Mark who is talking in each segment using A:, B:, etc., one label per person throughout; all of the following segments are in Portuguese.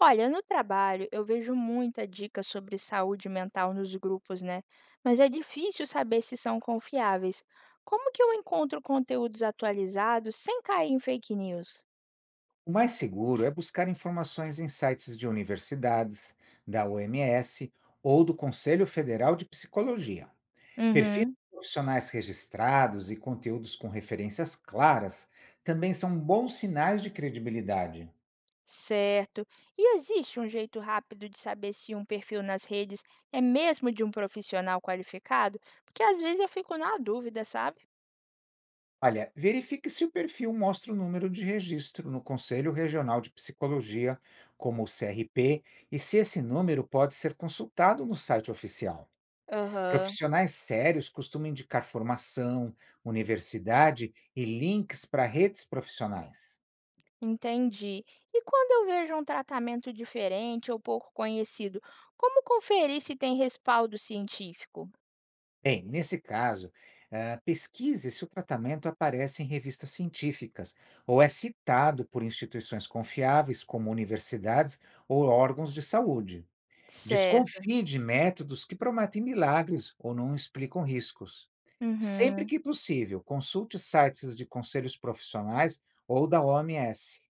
A: Olha, no trabalho eu vejo muita dica sobre saúde mental nos grupos, né? Mas é difícil saber se são confiáveis. Como que eu encontro conteúdos atualizados sem cair em fake news?
B: O mais seguro é buscar informações em sites de universidades, da OMS ou do Conselho Federal de Psicologia. Perfis
A: Uhum,
B: de profissionais registrados e conteúdos com referências claras também são bons sinais de credibilidade.
A: certo. E existe um jeito rápido de saber se um perfil nas redes é mesmo de um profissional qualificado? Porque às vezes eu fico na dúvida, sabe?
B: Olha, verifique se o perfil mostra o número de registro no Conselho Regional de Psicologia, como o CRP, e se esse número pode ser consultado no site oficial.
A: Aham.
B: Profissionais sérios costumam indicar formação, universidade e links para redes profissionais.
A: Entendi. E quando eu vejo um tratamento diferente ou pouco conhecido, como conferir se tem respaldo científico?
B: Bem, nesse caso, pesquise se o tratamento aparece em revistas científicas ou é citado por instituições confiáveis, como universidades ou órgãos de saúde.
A: Certo.
B: Desconfie de métodos que prometem milagres ou não explicam riscos. Sempre
A: Uhum.
B: que possível, consulte sites de conselhos profissionais ou da OMS.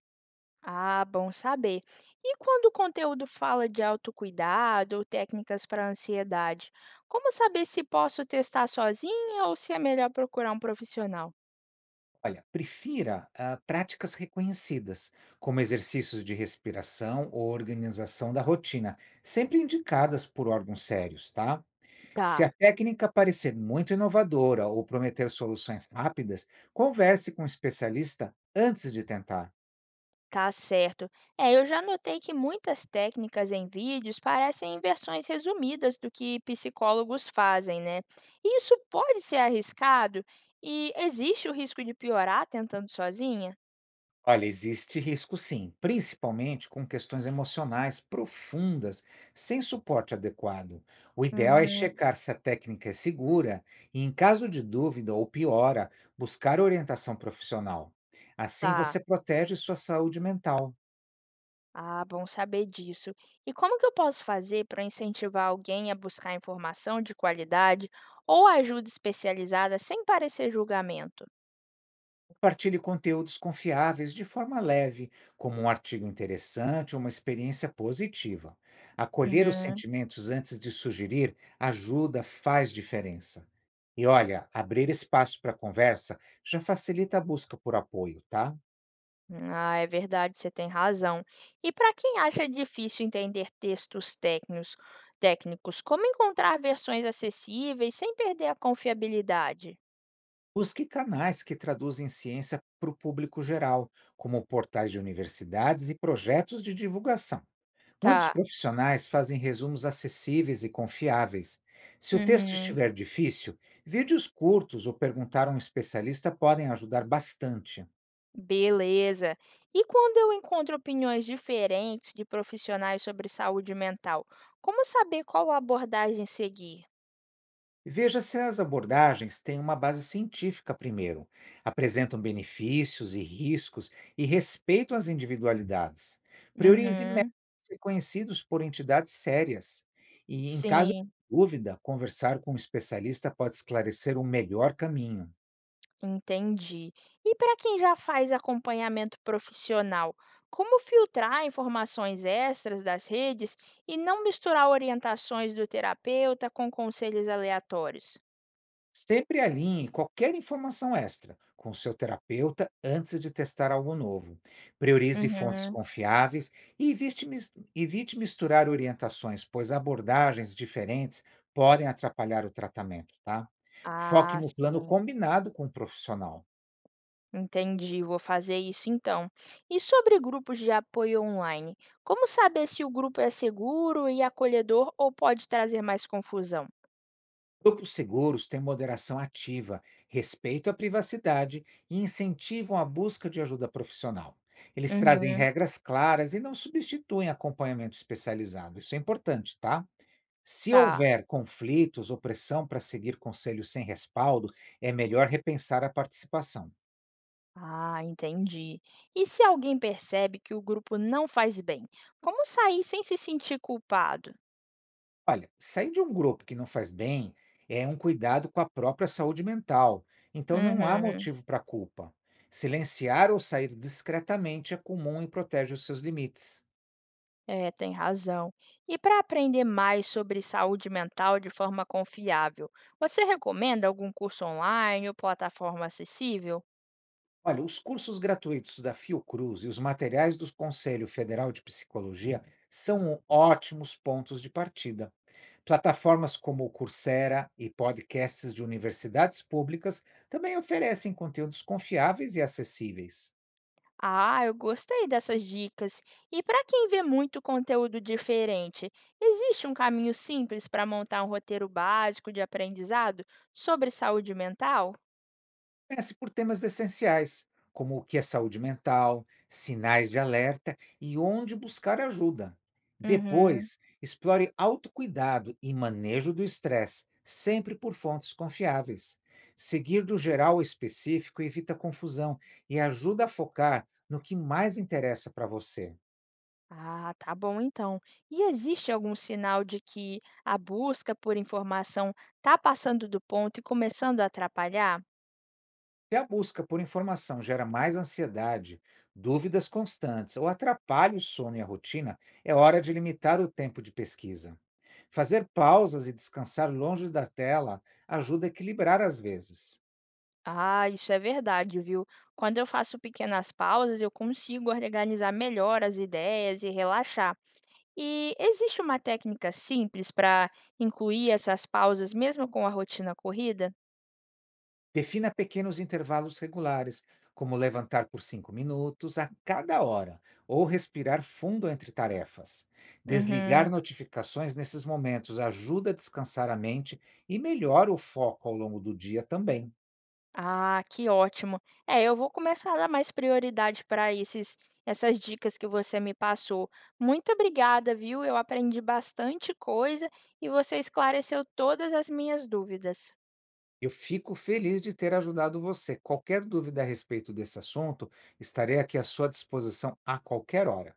A: Ah, bom saber. E quando o conteúdo fala de autocuidado ou técnicas para ansiedade, como saber se posso testar sozinha ou se é melhor procurar um profissional?
B: Olha, prefira práticas reconhecidas, como exercícios de respiração ou organização da rotina, sempre indicadas por órgãos sérios, tá? Se
A: Tá.
B: a técnica parecer muito inovadora ou prometer soluções rápidas, converse com um especialista antes de tentar.
A: Tá certo. É, eu já notei que muitas técnicas em vídeos parecem versões resumidas do que psicólogos fazem, né? E isso pode ser arriscado e existe o risco de piorar tentando sozinha?
B: Olha, existe risco sim, principalmente com questões emocionais profundas, sem suporte adequado. O ideal é
A: Uhum.
B: checar se a técnica é segura e, em caso de dúvida ou piora, buscar orientação profissional. Assim
A: Tá.
B: você protege sua saúde mental.
A: Ah, bom saber disso. E como que eu posso fazer para incentivar alguém a buscar informação de qualidade ou ajuda especializada sem parecer julgamento?
B: Compartilhe conteúdos confiáveis de forma leve, como um artigo interessante ou uma experiência positiva. Acolher os
A: Uhum.
B: sentimentos antes de sugerir ajuda, faz diferença. E olha, abrir espaço para conversa já facilita a busca por apoio, tá?
A: Ah, é verdade, você tem razão. E para quem acha difícil entender textos técnicos, como encontrar versões acessíveis sem perder a confiabilidade?
B: Busque canais que traduzem ciência para o público geral, como portais de universidades e projetos de divulgação. Muitos
A: Tá.
B: profissionais fazem resumos acessíveis e confiáveis. Se o texto
A: Uhum.
B: estiver difícil, vídeos curtos ou perguntar a um especialista podem ajudar bastante.
A: Beleza. E quando eu encontro opiniões diferentes de profissionais sobre saúde mental, como saber qual abordagem seguir?
B: Veja se as abordagens têm uma base científica primeiro, apresentam benefícios e riscos e respeitam as individualidades. Priorize métodos
A: Uhum.
B: reconhecidos por entidades sérias e, em caso
A: Sim.
B: de dúvida, conversar com um especialista pode esclarecer o melhor caminho.
A: Entendi. E para quem já faz acompanhamento profissional, como filtrar informações extras das redes e não misturar orientações do terapeuta com conselhos aleatórios?
B: Sempre alinhe qualquer informação extra com seu terapeuta antes de testar algo novo. Priorize fontes
A: Uhum.
B: confiáveis e evite misturar orientações, pois abordagens diferentes podem atrapalhar o tratamento, tá? Foque
A: Ah,
B: no plano
A: sim.
B: combinado com o profissional.
A: Entendi, vou fazer isso então. E sobre grupos de apoio online, como saber se o grupo é seguro e acolhedor ou pode trazer mais confusão?
B: Grupos seguros têm moderação ativa, respeito à privacidade e incentivam a busca de ajuda profissional. Eles trazem
A: Uhum.
B: regras claras e não substituem acompanhamento especializado. Isso é importante, tá? Se
A: Tá.
B: houver conflitos ou pressão para seguir conselhos sem respaldo, é melhor repensar a participação.
A: Ah, entendi. E se alguém percebe que o grupo não faz bem, como sair sem se sentir culpado?
B: Olha, sair de um grupo que não faz bem é um cuidado com a própria saúde mental, então não há
A: Uhum.
B: motivo para culpa. Silenciar ou sair discretamente é comum e protege os seus limites.
A: É, tem razão. E para aprender mais sobre saúde mental de forma confiável, você recomenda algum curso online ou plataforma acessível?
B: Olha, os cursos gratuitos da Fiocruz e os materiais do Conselho Federal de Psicologia são um ótimos pontos de partida. Plataformas como o Coursera e podcasts de universidades públicas também oferecem conteúdos confiáveis e acessíveis.
A: Ah, eu gostei dessas dicas. E para quem vê muito conteúdo diferente, existe um caminho simples para montar um roteiro básico de aprendizado sobre saúde mental?
B: Comece por temas essenciais, como o que é saúde mental, sinais de alerta e onde buscar ajuda.
A: Uhum.
B: Depois, explore autocuidado e manejo do estresse, sempre por fontes confiáveis. Seguir do geral ao específico evita confusão e ajuda a focar no que mais interessa para você.
A: Ah, tá bom então. E existe algum sinal de que a busca por informação está passando do ponto e começando a atrapalhar?
B: Se a busca por informação gera mais ansiedade, dúvidas constantes ou atrapalha o sono e a rotina, é hora de limitar o tempo de pesquisa. Fazer pausas e descansar longe da tela ajuda a equilibrar às vezes.
A: Ah, isso é verdade, viu? Quando eu faço pequenas pausas, eu consigo organizar melhor as ideias e relaxar. E existe uma técnica simples para incluir essas pausas mesmo com a rotina corrida?
B: Defina pequenos intervalos regulares, como levantar por 5 minutos a cada hora ou respirar fundo entre tarefas. Desligar
A: Uhum.
B: notificações nesses momentos ajuda a descansar a mente e melhora o foco ao longo do dia também.
A: Ah, que ótimo. É, eu vou começar a dar mais prioridade para esses essas dicas que você me passou. Muito obrigada, viu? Eu aprendi bastante coisa e você esclareceu todas as minhas dúvidas.
B: Eu fico feliz de ter ajudado você. Qualquer dúvida a respeito desse assunto, estarei aqui à sua disposição a qualquer hora.